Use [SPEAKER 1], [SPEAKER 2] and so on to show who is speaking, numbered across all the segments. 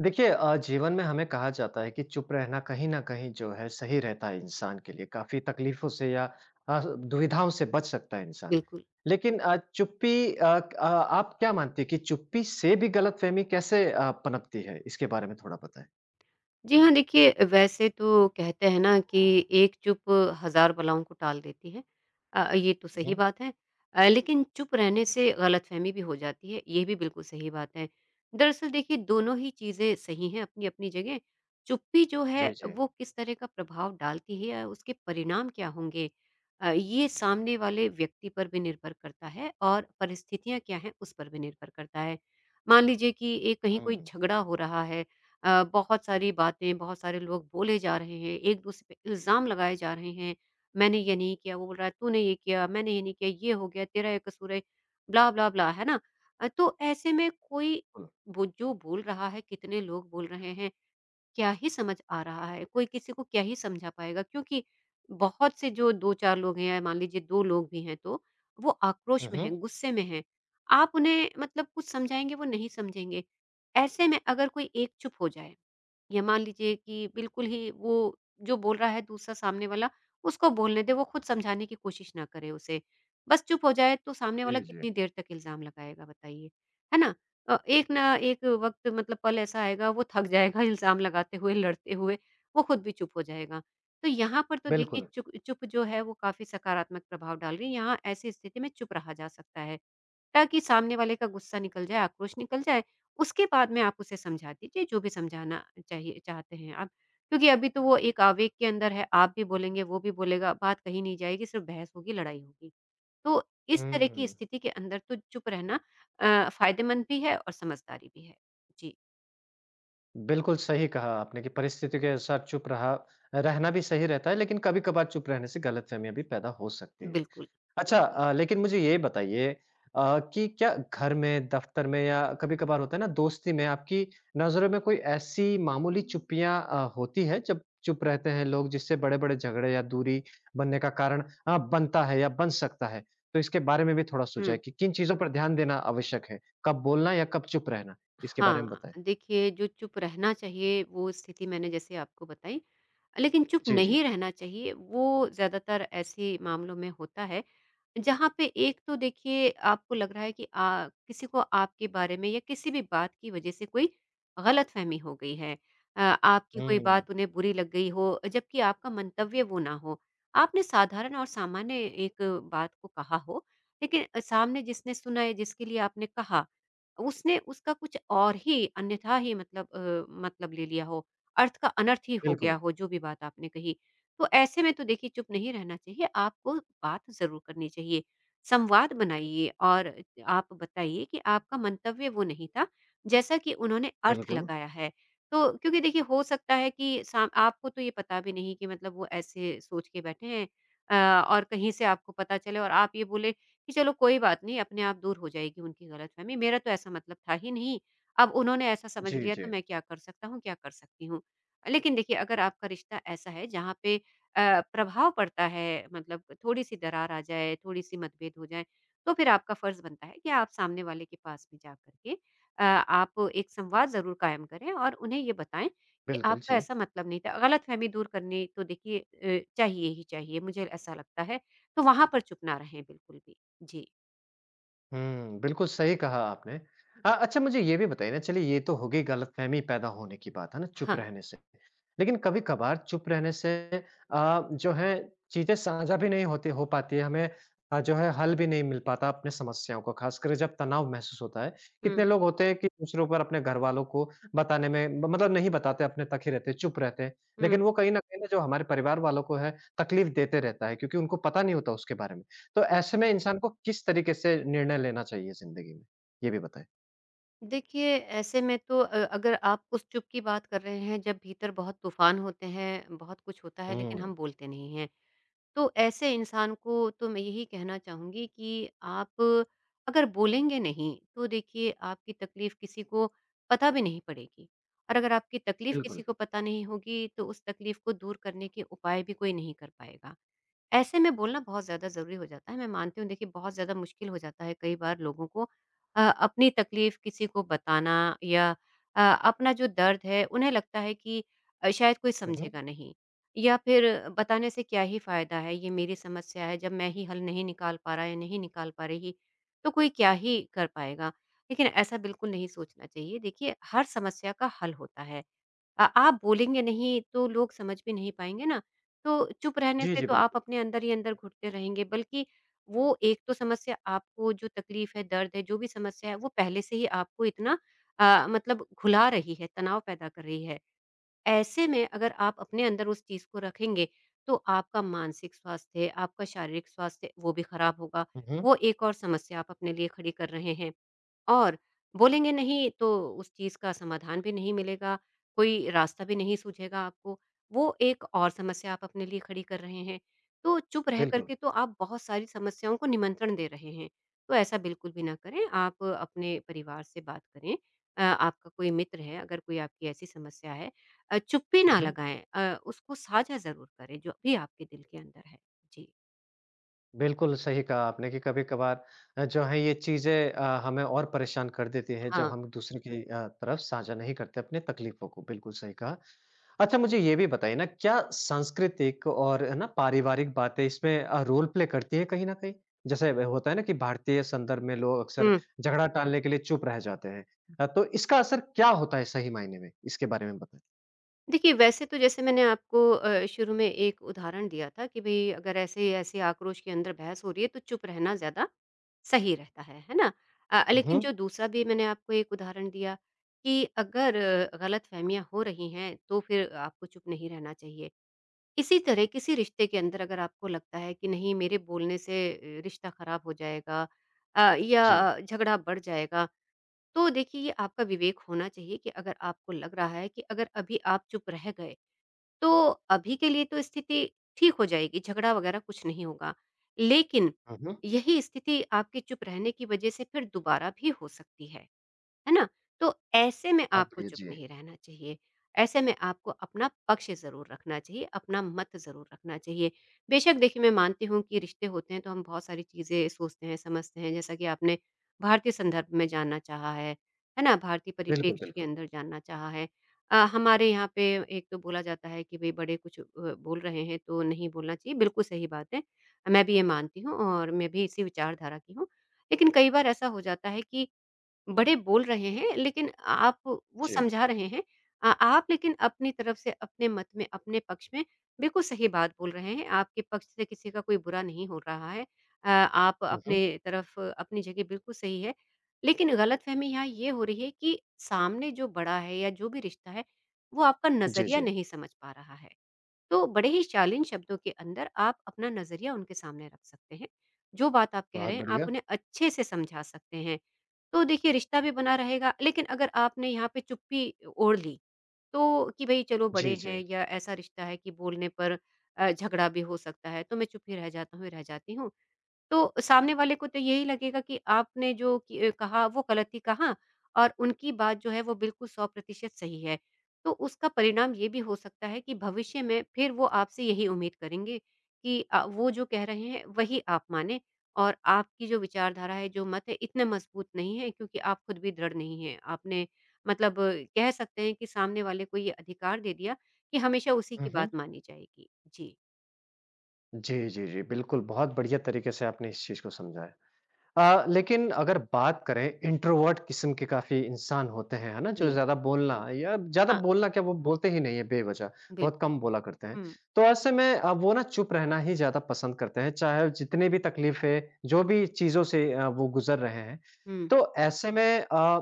[SPEAKER 1] देखिए जीवन में हमें कहा जाता है कि चुप रहना कहीं न कहीं जो है सही रहता है इंसान के लिए, काफ़ी तकलीफ़ों से या दुविधाओं से बच सकता है इंसान।
[SPEAKER 2] बिल्कुल।
[SPEAKER 1] लेकिन चुप्पी आप क्या मानती हैं कि चुप्पी से भी गलतफ़हमी कैसे पनपती है? इसके बारे में थोड़ा बताएँ।
[SPEAKER 2] जी हाँ, देखिए वैसे तो कहते हैं ना कि एक चुप हज़ार बलाओं को टाल देती है। ये तो
[SPEAKER 1] हुँ,
[SPEAKER 2] सही
[SPEAKER 1] हुँ।
[SPEAKER 2] बात है। लेकिन चुप रहने से गलतफ़हमी भी हो जाती है, ये भी बिल्कुल सही बात है। दरअसल देखिए दोनों ही चीज़ें सही हैं अपनी-अपनी जगह। चुप्पी जो है
[SPEAKER 1] जी, जी।
[SPEAKER 2] वो किस तरह का प्रभाव डालती है या उसके परिणाम क्या होंगे, ये सामने वाले व्यक्ति पर भी निर्भर करता है और परिस्थितियाँ क्या हैं उस पर भी निर्भर करता है। मान लीजिए कि एक कहीं कोई
[SPEAKER 1] हुँ,
[SPEAKER 2] झगड़ा हो रहा है, बहुत सारी बातें, बहुत सारे लोग बोले जा रहे हैं, एक-दूसरे पे इल्ज़ाम लगाए जा रहे हैं, मैंने ये नहीं किया, वो बोल रहा है तूने ये किया, मैंने ये नहीं किया, ये हो गया, तेरा ये कसूर है, ब्ला, ब्ला, ब्ला, है ना? तो ऐसे में कोई
[SPEAKER 1] बिल्कुल।
[SPEAKER 2] वो जो बोल रहा है, कितने लोग बोल रहे हैं, क्या ही समझ आ रहा है? कोई किसी को क्या ही समझा पाएगा? क्योंकि बहुत से जो 2-4 लोग हैं या मान लीजिए 2 लोग भी हैं तो, वो आक्रोश
[SPEAKER 1] हुँ,
[SPEAKER 2] में हैं,
[SPEAKER 1] हुँ।
[SPEAKER 2] गुस्से में हैं। आप उन्हें मतलब कुछ समझाएँगे, वो नहीं समझेंगे। ऐसे में अगर कोई एक चुप हो जाए या मान लीजिए कि बिल्कुल ही वो जो बोल रहा है दूसरा सामने वाला, उसको बोलने दें, वो खुद समझाने की कोशिश ना करे उसे। बस चुप हो जाए तो सामने वाला
[SPEAKER 1] जी, जी।
[SPEAKER 2] कितनी देर तक इल्ज़ाम लगाएगा बताइए, है ना? एक ना एक वक़्त मतलब पल ऐसा आएगा वो थक जाएगा इल्ज़ाम लगाते हुए, लड़ते हुए, वो खुद भी चुप हो जाएगा। तो यहाँ पर तो देखिए
[SPEAKER 1] बिल्कुल।
[SPEAKER 2] चुप चुप जो है वो काफ़ी सकारात्मक प्रभाव डाल रही है, यहाँ ऐसी स्थिति में चुप रहा जा सकता है। ताकि सामने वाले का गुस्सा निकल जाए, आक्रोश निकल जाए, उसके बाद में आप उसे समझा दीजिए जो भी समझाना चाहिए चाहते हैं आप। क्योंकि अभी तो वो एक आवेग के अंदर है, आप भी बोलेंगे, वो भी बोलेगा, बात कहीं नहीं जाएगी, सिर्फ बहस होगी, लड़ाई होगी। तो इस तरह की
[SPEAKER 1] हुँ,
[SPEAKER 2] स्थिति के अंदर तो चुप रहना फ़ायदेमंद भी है और समझदारी भी है। जी,
[SPEAKER 1] बिल्कुल सही कहा आपने कि परिस्थिति के अनुसार चुप रहा रहना भी सही रहता है, लेकिन कभी-कभार चुप रहने से गलतफ़हमियाँ भी पैदा हो सकती हैं।
[SPEAKER 2] बिल्कुल।
[SPEAKER 1] अच्छा लेकिन मुझे ये बताइए कि क्या घर में, दफ्तर में या कभी-कभार होता है ना दोस्ती में आपकी नज़रों में कोई ऐसी मामूली चुप्पियाँ होती है जब चुप रहते हैं लोग जिससे बड़े-बड़े झगड़े या दूरी बनने का कारण बनता है या बन सकता है? तो इसके बारे में भी थोड़ा
[SPEAKER 2] हुँ।
[SPEAKER 1] सुझाएँ कि किन चीज़ों पर ध्यान देना आवश्यक है? कब बोलना या कब चुप रहना? इसके बारे में
[SPEAKER 2] हाँ,
[SPEAKER 1] बताएँ।
[SPEAKER 2] देखिए जो चुप रहना चाहिए वो स्थिति मैंने जैसे आपको बताई, लेकिन चुप
[SPEAKER 1] जी,
[SPEAKER 2] नहीं
[SPEAKER 1] जी।
[SPEAKER 2] रहना चाहिए, वो ज़्यादातर ऐसे मामलों में होता है, जहाँ पे एक तो देखिए आपको लग रहा है कि किसी को आपके बारे में या किसी भी बात की वजह से कोई गलतफ़हमी हो गई है। आपकी कोई
[SPEAKER 1] हुँ।
[SPEAKER 2] बात उन्हें बुरी लग गई हो, जबकि आपका मंतव्य वो ना हो। आपने साधारण और सामान्य एक बात को कहा हो, लेकिन सामने जिसने सुना या जिसके लिए आपने कहा, उसने उसका कुछ और ही अन्यथा ही मतलब ले लिया हो। अर्थ का अनर्थ ही हो गया
[SPEAKER 1] बिल्कुल,
[SPEAKER 2] हो, जो भी बात आपने कही। तो ऐसे में तो देखिए चुप नहीं रहना चाहिए, आपको बात ज़रूर करनी चाहिए। संवाद बनाइए और आप बताइए कि आपका मंतव्य वो नहीं था, जैसा कि उन्होंने अर्थ
[SPEAKER 1] बिल्कुल।
[SPEAKER 2] लगाया है। तो क्योंकि देखिए हो सकता है कि साम आपको तो ये पता भी नहीं कि मतलब वो ऐसे सोच के बैठे हैं, और कहीं से आपको पता चले और आप ये बोले कि चलो कोई बात नहीं, अपने आप दूर हो जाएगी उनकी गलतफ़हमी, मेरा तो ऐसा मतलब था ही नहीं। अब उन्होंने ऐसा समझ
[SPEAKER 1] जी,
[SPEAKER 2] लिया
[SPEAKER 1] जी।
[SPEAKER 2] तो मैं क्या कर सकता हूँ, क्या कर सकती हूँ। लेकिन देखिए अगर आपका रिश्ता ऐसा है जहाँ पे प्रभाव पड़ता है मतलब थोड़ी-सी दरार आ जाए, थोड़ी-सी मतभेद हो जाए, तो फिर आपका फ़र्ज़ बनता है कि आप सामने वाले के पास में जा कर के आप एक संवाद ज़रूर कायम करें और उन्हें ये बताएँ कि
[SPEAKER 1] बिल्कुल,
[SPEAKER 2] आपका
[SPEAKER 1] जी।
[SPEAKER 2] ऐसा मतलब नहीं था। गलतफ़हमी दूर करनी तो देखिए चाहिए ही चाहिए, मुझे ऐसा लगता है। तो वहाँ पर चुप ना रहें बिल्कुल भी। जी।
[SPEAKER 1] हुँ, बिल्कुल सही कहा आपने। अच्छा मुझे ये भी बताइए ना चलिए ये तो हो गई गलतफ़हमी पैदा होने की बात है ना चुप
[SPEAKER 2] हाँ।
[SPEAKER 1] रहने से। लेकिन कभी-कभार चुप रहने से जो है चीज़ें साझा भी नहीं होती हो पाती है हमें जो है हल भी नहीं मिल पाता अपने समस्याओं को ख़ासकर जब तनाव महसूस होता है।
[SPEAKER 2] हुँ,
[SPEAKER 1] कितने लोग होते हैं कि दूसरों पर अपने घरवालों को बताने में म मतलब नहीं बताते अपने तक ही रहते हैं, चुप रहते हैं।
[SPEAKER 2] हुँ।
[SPEAKER 1] लेकिन वो कहीं न कहीं ना जो हमारे परिवार वालों को है तकलीफ़ देते रहता है क्योंकि उनको पता नहीं होता उसके बारे में। तो ऐसे में इंसान को किस तरीके से निर्णय लेना चाहिए ज़िंदगी में? ये भी बताएँ।
[SPEAKER 2] देखिए, ऐसे में तो अगर आप उस चुप की बात कर रहे हैं जब भीतर बहुत तूफ़ान होते हैं, बहुत कुछ होता है लेकिन
[SPEAKER 1] हुँ,
[SPEAKER 2] हम बोलते नहीं हैं। तो ऐसे इंसान को तो मैं यही कहना चाहूँगी कि आप अगर बोलेंगे नहीं, तो देखिए आपकी तकलीफ़ किसी को पता भी नहीं पड़ेगी। और अगर आपकी तकलीफ़ किसी
[SPEAKER 1] बिल्कुल।
[SPEAKER 2] को पता नहीं होगी, तो उस तकलीफ़ को दूर करने के उपाय भी कोई नहीं कर पाएगा। ऐसे में बोलना बहुत ज़्यादा ज़रूरी हो जाता है। मैं मानती हूँ देखिए बहुत ज़्यादा मुश्किल हो जाता है कई बार लोगों को अपनी तकलीफ़ किसी को बताना या अपना जो दर्द है उन्हें लगता है कि शायद कोई
[SPEAKER 1] हुँ,
[SPEAKER 2] समझेगा
[SPEAKER 1] हुँ।
[SPEAKER 2] नहीं या फिर बताने से क्या ही फ़ायदा है, ये मेरी समस्या है जब मैं ही हल नहीं निकाल पा रहा या नहीं निकाल पा रही तो कोई क्या ही कर पाएगा। लेकिन ऐसा बिल्कुल नहीं सोचना चाहिए। देखिए हर समस्या का हल होता है। आप बोलेंगे नहीं तो लोग समझ भी नहीं पाएँगे ना, तो चुप रहने
[SPEAKER 1] जी,
[SPEAKER 2] से
[SPEAKER 1] जी,
[SPEAKER 2] तो आप
[SPEAKER 1] बिल्कुल।
[SPEAKER 2] अपने अंदर ही अंदर घुटते रहेंगे, बल्कि वो एक तो समस्या आपको जो तकलीफ़ है, दर्द है, जो भी समस्या है, वो पहले से ही आपको इतना मतलब घुला रही है, तनाव पैदा कर रही है। ऐसे में अगर आप अपने अंदर उस चीज़ को रखेंगे, तो आपका मानसिक स्वास्थ्य, आपका शारीरिक स्वास्थ्य, वो भी खराब होगा।
[SPEAKER 1] हुँ, हुँ।
[SPEAKER 2] वो एक और समस्या आप अपने लिए खड़ी कर रहे हैं। और बोलेंगे नहीं तो उस चीज़ का समाधान भी नहीं मिलेगा, कोई रास्ता भी नहीं सूझेगा आपको, वो एक और समस्या आप अपने लिए खड़ी कर रहे हैं। तो चुप रह कर
[SPEAKER 1] बिल्कुल।
[SPEAKER 2] के तो आप बहुत सारी समस्याओं को निमंत्रण दे रहे हैं, तो ऐसा बिल्कुल भी ना करें। आप अपने परिवार से बात करें, आपका कोई मित्र है, अगर कोई आपकी ऐसी समस्या है, चुप्पी
[SPEAKER 1] हुँ,
[SPEAKER 2] ना
[SPEAKER 1] हुँ।
[SPEAKER 2] लगाएँ, उसको साझा ज़रूर करें जो भी आपके दिल के अंदर है। जी,
[SPEAKER 1] बिल्कुल, सही कहा आपने कि कभी-कभार जो है ये चीज़ें हमें और परेशान कर देती हैं जब
[SPEAKER 2] हाँ।
[SPEAKER 1] हम दूसरे की तरफ साझा नहीं करते अपनी तकलीफ़ों को, बिल्कुल सही कहा। अच्छा मुझे ये भी बताइए ना क्या सांस्कृतिक और है ना पारिवारिक बातें इसमें रोल प्ले करती है कहीं न कहीं? जैसे व होता है ना कि भारतीय संदर्भ में लोग अक्सर
[SPEAKER 2] हुँ।
[SPEAKER 1] झगड़ा टालने के लिए चुप रह जाते हैं। तो इसका असर क्या होता है सही मायने में? इसके बारे में बताएँ?
[SPEAKER 2] देखिए, वैसे तो जैसे मैंने आपको शुरू में एक उदाहरण दिया था कि भई अगर ऐसे-ऐसे आक्रोश के अंदर बहस हो रही है, तो चुप रहना ज़्यादा सही रहता है ना?
[SPEAKER 1] हुँ,
[SPEAKER 2] लेकिन
[SPEAKER 1] हुँ।
[SPEAKER 2] जो दूसरा भी मैंने आपको एक उदाहरण दिया कि अगर गलतफ़हमियाँ हो रही हैं, तो फिर आपको चुप नहीं रहना चाहिए। इसी तरह किसी रिश्ते के अंदर अगर आपको लगता है कि नहीं मेरे बोलने से रिश्ता ख़राब हो जाएगा अ, या
[SPEAKER 1] जी।
[SPEAKER 2] अ, झगड़ा बढ़ जाएगा, तो देखिए ये आपका विवेक होना चाहिए कि अगर आपको लग रहा है कि अगर अभी आप चुप रह गए तो अभी के लिए तो स्थिति ठीक हो जाएगी, झगड़ा वगैरह कुछ नहीं होगा। लेकिन
[SPEAKER 1] हुँ, हुँ।
[SPEAKER 2] यही स्थिति आपके चुप रहने की वजह से फिर दोबारा भी हो सकती है। है ना? तो ऐसे में
[SPEAKER 1] बहुत
[SPEAKER 2] आपको
[SPEAKER 1] बढ़िया,
[SPEAKER 2] चुप
[SPEAKER 1] जी।
[SPEAKER 2] नहीं रहना चाहिए। ऐसे में आपको अपना पक्ष ज़रूर रखना चाहिए, अपना मत ज़रूर रखना चाहिए। बेशक देखिए मैं मानती हूँ कि रिश्ते होते हैं तो हम बहुत सारी चीज़ें सोचते हैं, समझते हैं जैसा कि आपने भारतीय संदर्भ में जानना चाहा है ना? भारतीय
[SPEAKER 1] बिल्कुल,
[SPEAKER 2] परिप्रेक्ष्य के
[SPEAKER 1] बिल्कुल।
[SPEAKER 2] अंदर जानना चाहा है। हमारे यहाँ पे एक तो बोला जाता है कि भई बड़े कुछ बोल रहे हैं तो नहीं बोलना चाहिए, बिल्कुल सही बात है। मैं भी ये मानती हूँ और मैं भी इसी विचारधारा की हूँ। लेकिन कई बार ऐसा हो जाता है कि बड़े बोल रहे हैं, लेकिन आप वो
[SPEAKER 1] जी।
[SPEAKER 2] समझा रहे हैं। आप लेकिन अपनी तरफ से अपने मत में, अपने पक्ष में बिल्कुल सही बात बोल रहे हैं। आपके पक्ष से किसी का कोई बुरा नहीं हो रहा है। आप
[SPEAKER 1] हुँ,
[SPEAKER 2] अपने
[SPEAKER 1] हुँ।
[SPEAKER 2] तरफ अपनी जगह बिल्कुल सही है। लेकिन गलतफ़हमी यहाँ ये हो रही है कि सामने जो बड़ा है या जो भी रिश्ता है, वो आपका
[SPEAKER 1] जी,
[SPEAKER 2] नज़रिया
[SPEAKER 1] जी।
[SPEAKER 2] नहीं समझ पा रहा है। तो बड़े ही शालीन शब्दों के अंदर आप अपना नज़रिया उनके सामने रख सकते हैं। जो बात आप कह
[SPEAKER 1] बहुत
[SPEAKER 2] रहे हैं, आप
[SPEAKER 1] बढ़िया।
[SPEAKER 2] उन्हें अच्छे से समझा सकते हैं। तो देखिए रिश्ता भी बना रहेगा, लेकिन अगर आपने यहाँ पे चुप्पी ओढ़ ली, तो कि भई चलो बड़े
[SPEAKER 1] जी, जी।
[SPEAKER 2] हैं या ऐसा रिश्ता है कि बोलने पर झगड़ा भी हो सकता है, तो मैं चुप ही रह जाता हूँ, रह जाती हूँ। तो सामने वाले को तो यही लगेगा कि आपने जो कि कहा वो गलत ही कहा और उनकी बात जो है वो बिल्कुल 100% सही है। तो उसका परिणाम ये भी हो सकता है कि भविष्य में फिर वो आपसे यही उम्मीद करेंगे कि वो जो कह रहे हैं वही आप मानें और आपकी जो विचारधारा है, जो मत है इतने मजबूत नहीं है क्योंकि आप खुद भी दृढ़ नहीं हैं। आपने कह सकते हैं कि सामने वाले को ये अधिकार दे दिया कि हमेशा उसी
[SPEAKER 1] हुँ,
[SPEAKER 2] की
[SPEAKER 1] हुँ।
[SPEAKER 2] बात मानी जाएगी। जी।
[SPEAKER 1] जी, जी, जी, बिल्कुल, बहुत बढ़िया तरीके से आपने इस चीज़ को समझा है। लेकिन अगर बात करें इंट्रोवर्ट किस्म के काफ़ी इंसान होते हैं, है ना? जो
[SPEAKER 2] जी।
[SPEAKER 1] ज़्यादा बोलना या ज़्यादा
[SPEAKER 2] हाँ,
[SPEAKER 1] बोलना क्या वो बोलते ही नहीं है बेवजह, बहुत
[SPEAKER 2] बिल्कुल।
[SPEAKER 1] कम बोला करते हैं।
[SPEAKER 2] हुँ,
[SPEAKER 1] तो ऐसे में वो ना चुप रहना ही ज़्यादा पसंद करते हैं, चाहे जितनी भी तकलीफ़ें, जो भी चीज़ों से वो गुज़र रहे हैं।
[SPEAKER 2] हुँ।
[SPEAKER 1] तो ऐसे में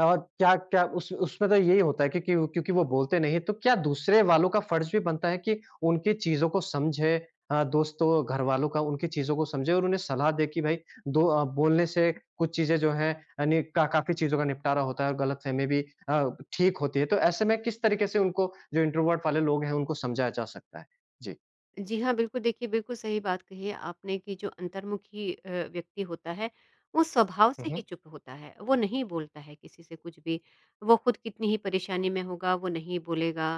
[SPEAKER 1] और क्या क्या उस उसमें तो यही होता है कि क्योंकि वो बोलते नहीं, तो क्या दूसरे वालों का फर्ज़ भी बनता है कि उनकी चीज़ों को समझे दोस्तों, घरवालों का उनकी चीज़ों को समझे और उन्हें सलाह दे कि भई दो बोलने से कुछ चीज़ें जो हैं अ, नि का काफ़ी चीज़ों का निपटारा होता है और गलतफ़हमी भी अ, ठीक होती है। तो ऐसे में किस तरीके से उनको जो इंट्रोवर्ट वाले लोग हैं, उनको समझाया जा सकता है? जी।
[SPEAKER 2] जी हाँ, बिल्कुल, देखिए बिल्कुल सही बात कही है आपने कि जो अंतर्मुखी व्यक्ति होता है, वो स्वभाव
[SPEAKER 1] हुँ,
[SPEAKER 2] से ही
[SPEAKER 1] हुँ।
[SPEAKER 2] चुप होता है, वो नहीं बोलता है किसी से कुछ भी। वो खुद कितनी ही परेशानी में होगा, वो नहीं बोलेगा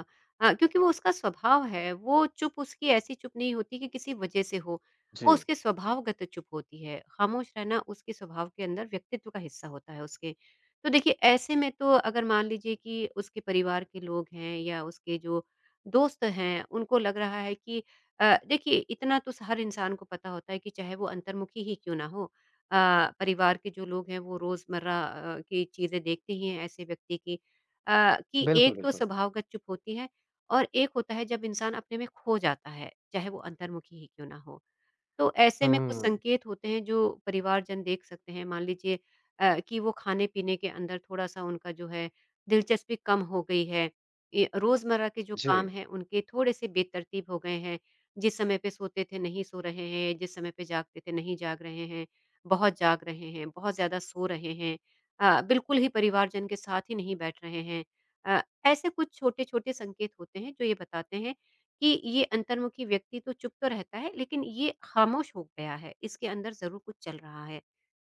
[SPEAKER 2] क्योंकि वो उसका स्वभाव है, वो चुप उसकी ऐसी चुप नहीं होती कि किसी वजह से हो, वो
[SPEAKER 1] जी,
[SPEAKER 2] उसके स्वभावगत चुप होती है। खामोश रहना उसके स्वभाव के अंदर व्यक्तित्व का हिस्सा होता है उसके। तो देखिए ऐसे में तो अगर मान लीजिए कि उसके परिवार के लोग हैं या उसके जो दोस्त हैं, उनको लग रहा है कि देखिए इतना तो हर इंसान को पता होता है कि चाहे वो अंतर्मुखी ही क्यों ना हो परिवार के जो लोग हैं वो रोज़मर्रा की चीज़ें देखते ही हैं ऐसे व्यक्ति की कि
[SPEAKER 1] बिल्कुल,
[SPEAKER 2] एक तो
[SPEAKER 1] बिल्कुल।
[SPEAKER 2] स्वभावगत चुप होती है और एक होता है जब इंसान अपने में खो जाता है चाहे वो अंतर्मुखी ही क्यों ना हो। तो ऐसे में कुछ
[SPEAKER 1] हुँ।
[SPEAKER 2] संकेत होते हैं जो परिवारजन देख सकते हैं, मान लीजिए कि वो खाने-पीने के अंदर थोड़ा-सा उनका जो है दिलचस्पी कम हो गई है। ये रोज़मर्रा के जो
[SPEAKER 1] जी।
[SPEAKER 2] काम हैं उनके थोड़े-से बेतरतीब हो गए हैं। जिस समय पे सोते थे नहीं सो रहे हैं, जिस समय पे जागते थे नहीं जाग रहे हैं, बहुत जाग रहे हैं, बहुत ज़्यादा सो रहे हैं, बिल्कुल ही परिवारजन के साथ ही नहीं बैठ रहे हैं। अ, ऐसे कुछ छोटे-छोटे संकेत होते हैं जो ये बताते हैं कि ये अंतर्मुखी व्यक्ति तो चुप तो रहता है लेकिन ये खामोश हो गया है, इसके अंदर ज़रूर कुछ चल रहा है।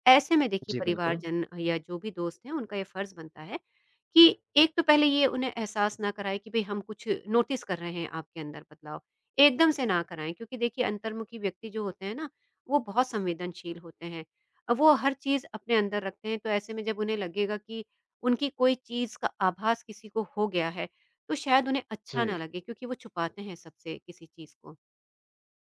[SPEAKER 2] ऐसे में देखिए
[SPEAKER 1] जी, बिल्कुल।
[SPEAKER 2] परिवारजन या जो भी दोस्त हैं उनका ये फर्ज बनता है कि एक तो पहले ये उन्हें एहसास ना कराएं कि भाई हम कुछ नोटिस कर रहे हैं आपके अंदर बदलाव। एकदम से ना कराएँ क्योंकि देखिए अंतर्मुखी व्यक्ति जो होते हैं ना, वो बहुत संवेदनशील होते हैं। वो हर चीज़ अपने अंदर रखते हैं, तो ऐसे में जब उन्हें लगेगा कि उनकी कोई चीज़ का आभास किसी को हो गया है, तो शायद उन्हें अच्छा ना
[SPEAKER 1] जी,
[SPEAKER 2] लगे क्योंकि वो छुपाते हैं सबसे किसी चीज़ को।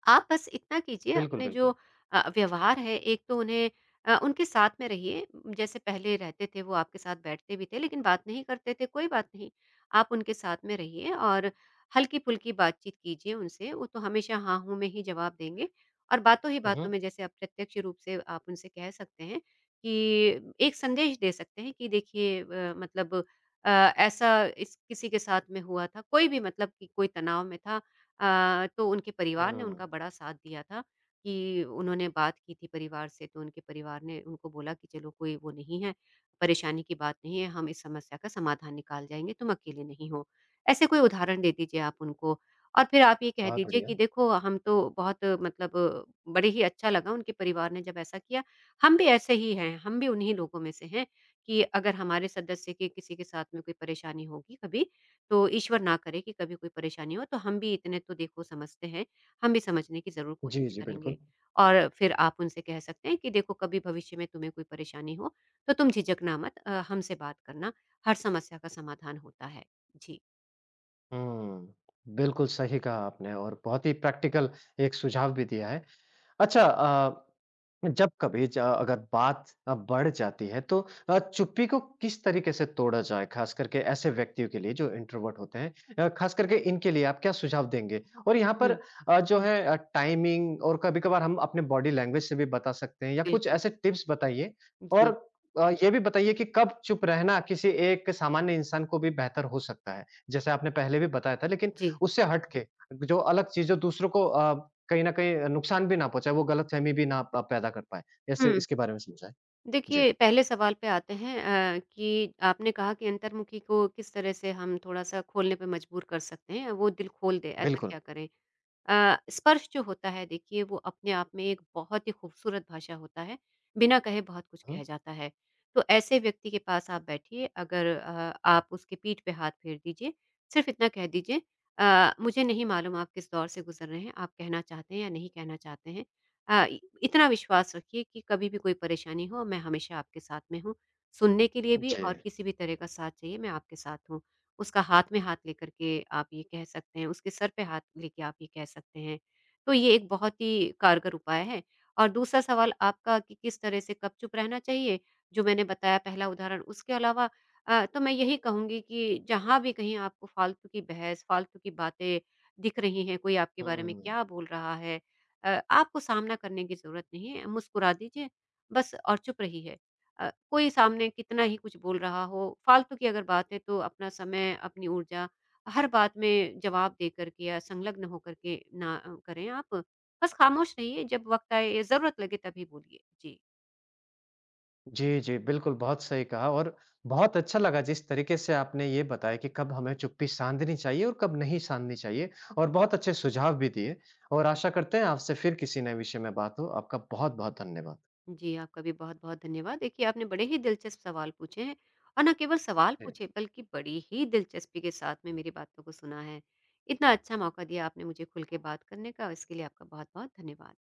[SPEAKER 2] आप बस इतना कीजिए,
[SPEAKER 1] बिल्कुल,
[SPEAKER 2] अपने
[SPEAKER 1] बिल्कुल।
[SPEAKER 2] जो व्यवहार है, एक तो उन्हें उनके साथ में रहिए, जैसे पहले रहते थे। वो आपके साथ बैठते भी थे लेकिन बात नहीं करते थे, कोई बात नहीं, आप उनके साथ में रहिए और हल्की फुल्की बातचीत कीजिए उनसे। वो तो हमेशा हाँ हूँ में ही जवाब देंगे, और बातों ही
[SPEAKER 1] हुँ,
[SPEAKER 2] बातों
[SPEAKER 1] हुँ।
[SPEAKER 2] में जैसे अप्रत्यक्ष रूप से आप उनसे कह सकते हैं कि एक संदेश दे सकते हैं कि देखिए मतलब ऐसा इस किसी के साथ में हुआ था, कोई भी, मतलब कि कोई तनाव में था, तो उनके परिवार ने
[SPEAKER 1] हुँ।
[SPEAKER 2] उनका बड़ा साथ दिया था, कि उन्होंने बात की थी परिवार से, तो उनके परिवार ने उनको बोला कि चलो कोई वो नहीं है, परेशानी की बात नहीं है, हम इस समस्या का समाधान निकाल जाएँगे, तुम अकेले नहीं हो। ऐसे कोई उदाहरण दे दीजिए आप उनको और फिर आप ये कह
[SPEAKER 1] बहुत
[SPEAKER 2] दीजिए कि
[SPEAKER 1] बढ़िया।
[SPEAKER 2] देखो हम तो बहुत मतलब बड़े ही अच्छा लगा उनके परिवार ने जब ऐसा किया, हम भी ऐसे ही हैं, हम भी उन्हीं लोगों में से हैं कि अगर हमारे सदस्य के किसी के साथ में कोई परेशानी होगी कभी, तो ईश्वर ना करे कि कभी कोई परेशानी हो, तो हम भी इतने तो देखो समझते हैं, हम भी समझने की ज़रूर
[SPEAKER 1] जी,
[SPEAKER 2] कोशिश
[SPEAKER 1] जी, बिल्कुल।
[SPEAKER 2] करेंगे। और फिर आप उनसे कह सकते हैं कि देखो कभी भविष्य में तुम्हें कोई परेशानी हो, तो तुम झिझकना मत, हमसे बात करना, हर समस्या का समाधान होता है। जी।
[SPEAKER 1] हुँ, बिल्कुल सही कहा आपने और बहुत ही प्रैक्टिकल एक सुझाव भी दिया है। अच्छा जब कभी ज अगर बात बढ़ जाती है तो चुप्पी को किस तरीके से तोड़ा जाए? ख़ास करके ऐसे व्यक्तियों के लिए जो इंट्रोवर्ट होते हैं। ख़ास करके इनके लिए आप क्या सुझाव देंगे? और यहाँ पर
[SPEAKER 2] हुँ,
[SPEAKER 1] जो है टाइमिंग और कभी-कभार हम अपने बॉडी लैंग्वेज से भी बता सकते हैं या कुछ
[SPEAKER 2] बिल्कुल।
[SPEAKER 1] ऐसे टिप्स बताइए।
[SPEAKER 2] जी,
[SPEAKER 1] और ये भी बताइए कि कब चुप रहना किसी एक सामान्य इंसान को भी बेहतर हो सकता है? जैसे आपने पहले भी बताया था लेकिन
[SPEAKER 2] जी।
[SPEAKER 1] उससे हट के जो अलग चीज़ें दूसरों को कहीं न कहीं नुकसान भी ना पहुँचाए, वो गलतफ़हमी भी ना प पैदा कर पाएँ। ऐसे
[SPEAKER 2] हुँ,
[SPEAKER 1] इसके बारे में समझाएँ। जी,
[SPEAKER 2] देखिए पहले सवाल पे आते हैं, कि आपने कहा कि अंतर्मुखी को किस तरह से हम थोड़ा-सा खोलने पे मजबूर कर सकते हैं, वो दिल खोल दे, ऐसा
[SPEAKER 1] बिल्कुल।
[SPEAKER 2] क्या करें? स्पर्श जो होता है देखिए वो अपने आप में एक बहुत ही खूबसूरत भाषा होता है, बिना कहे बहुत कुछ
[SPEAKER 1] हुँ,
[SPEAKER 2] कह जाता है। तो ऐसे व्यक्ति के पास आप बैठिए, अगर आप उसके पीठ पे हाथ फेर दीजिए, सिर्फ़ इतना कह दीजिए मुझे नहीं मालूम आप किस दौर से गुज़र रहे हैं, आप कहना चाहते हैं या नहीं कहना चाहते हैं। अ, इ इतना विश्वास रखिए कि कभी भी कोई परेशानी हो, मैं हमेशा आपके साथ में हूँ, सुनने के लिए भी
[SPEAKER 1] जी।
[SPEAKER 2] और किसी भी तरह का साथ चाहिए, मैं आपके साथ हूँ। उसका हाथ में हाथ लेकर के आप ये कह सकते हैं, उसके सर पे हाथ लेके आप ये कह सकते हैं। तो ये एक बहुत ही कारगर उपाय है। और दूसरा सवाल आपका कि किस तरह से कब चुप रहना चाहिए, जो मैंने बताया पहला उदाहरण। उसके अलावा तो मैं यही कहूँगी कि जहाँ भी कहीं आपको फालतू की बहस, फालतू की बातें दिख रही हैं, कोई आपके बारे में
[SPEAKER 1] हुँ।
[SPEAKER 2] क्या बोल रहा है, आपको सामना करने की ज़रूरत नहीं है, मुस्कुरा दीजिए बस और चुप रहिए। कोई सामने कितना ही कुछ बोल रहा हो, फालतू की अगर बात है तो अपना समय, अपनी ऊर्जा हर बात में जवाब देकर के या संलग्न होकर के ना करें आप। बस खामोश रहिए, जब वक़्त आए, ज़रूरत लगे तभी बोलिए। जी।
[SPEAKER 1] जी, जी, बिल्कुल, बहुत सही कहा और बहुत अच्छा लगा जिस तरीके से आपने ये बताया कि कब हमें चुप्पी साधनी चाहिए और कब नहीं साधनी चाहिए और बहुत अच्छे सुझाव भी दिए और आशा करते हैं आपसे फिर किसी नए विषय में बात हो। आपका बहुत-बहुत धन्यवाद।
[SPEAKER 2] जी, आपका भी बहुत-बहुत धन्यवाद। देखिए, आपने बड़े ही दिलचस्प सवाल पूछे हैं और ना केवल सवाल
[SPEAKER 1] जी।
[SPEAKER 2] पूछे बल्कि बड़ी ही दिलचस्पी के साथ में मेरी बातों को सुना है। इतना अच्छा मौका दिया आपने मुझे खुल के बात करने का, इसके लिए आपका बहुत-बहुत धन्यवाद।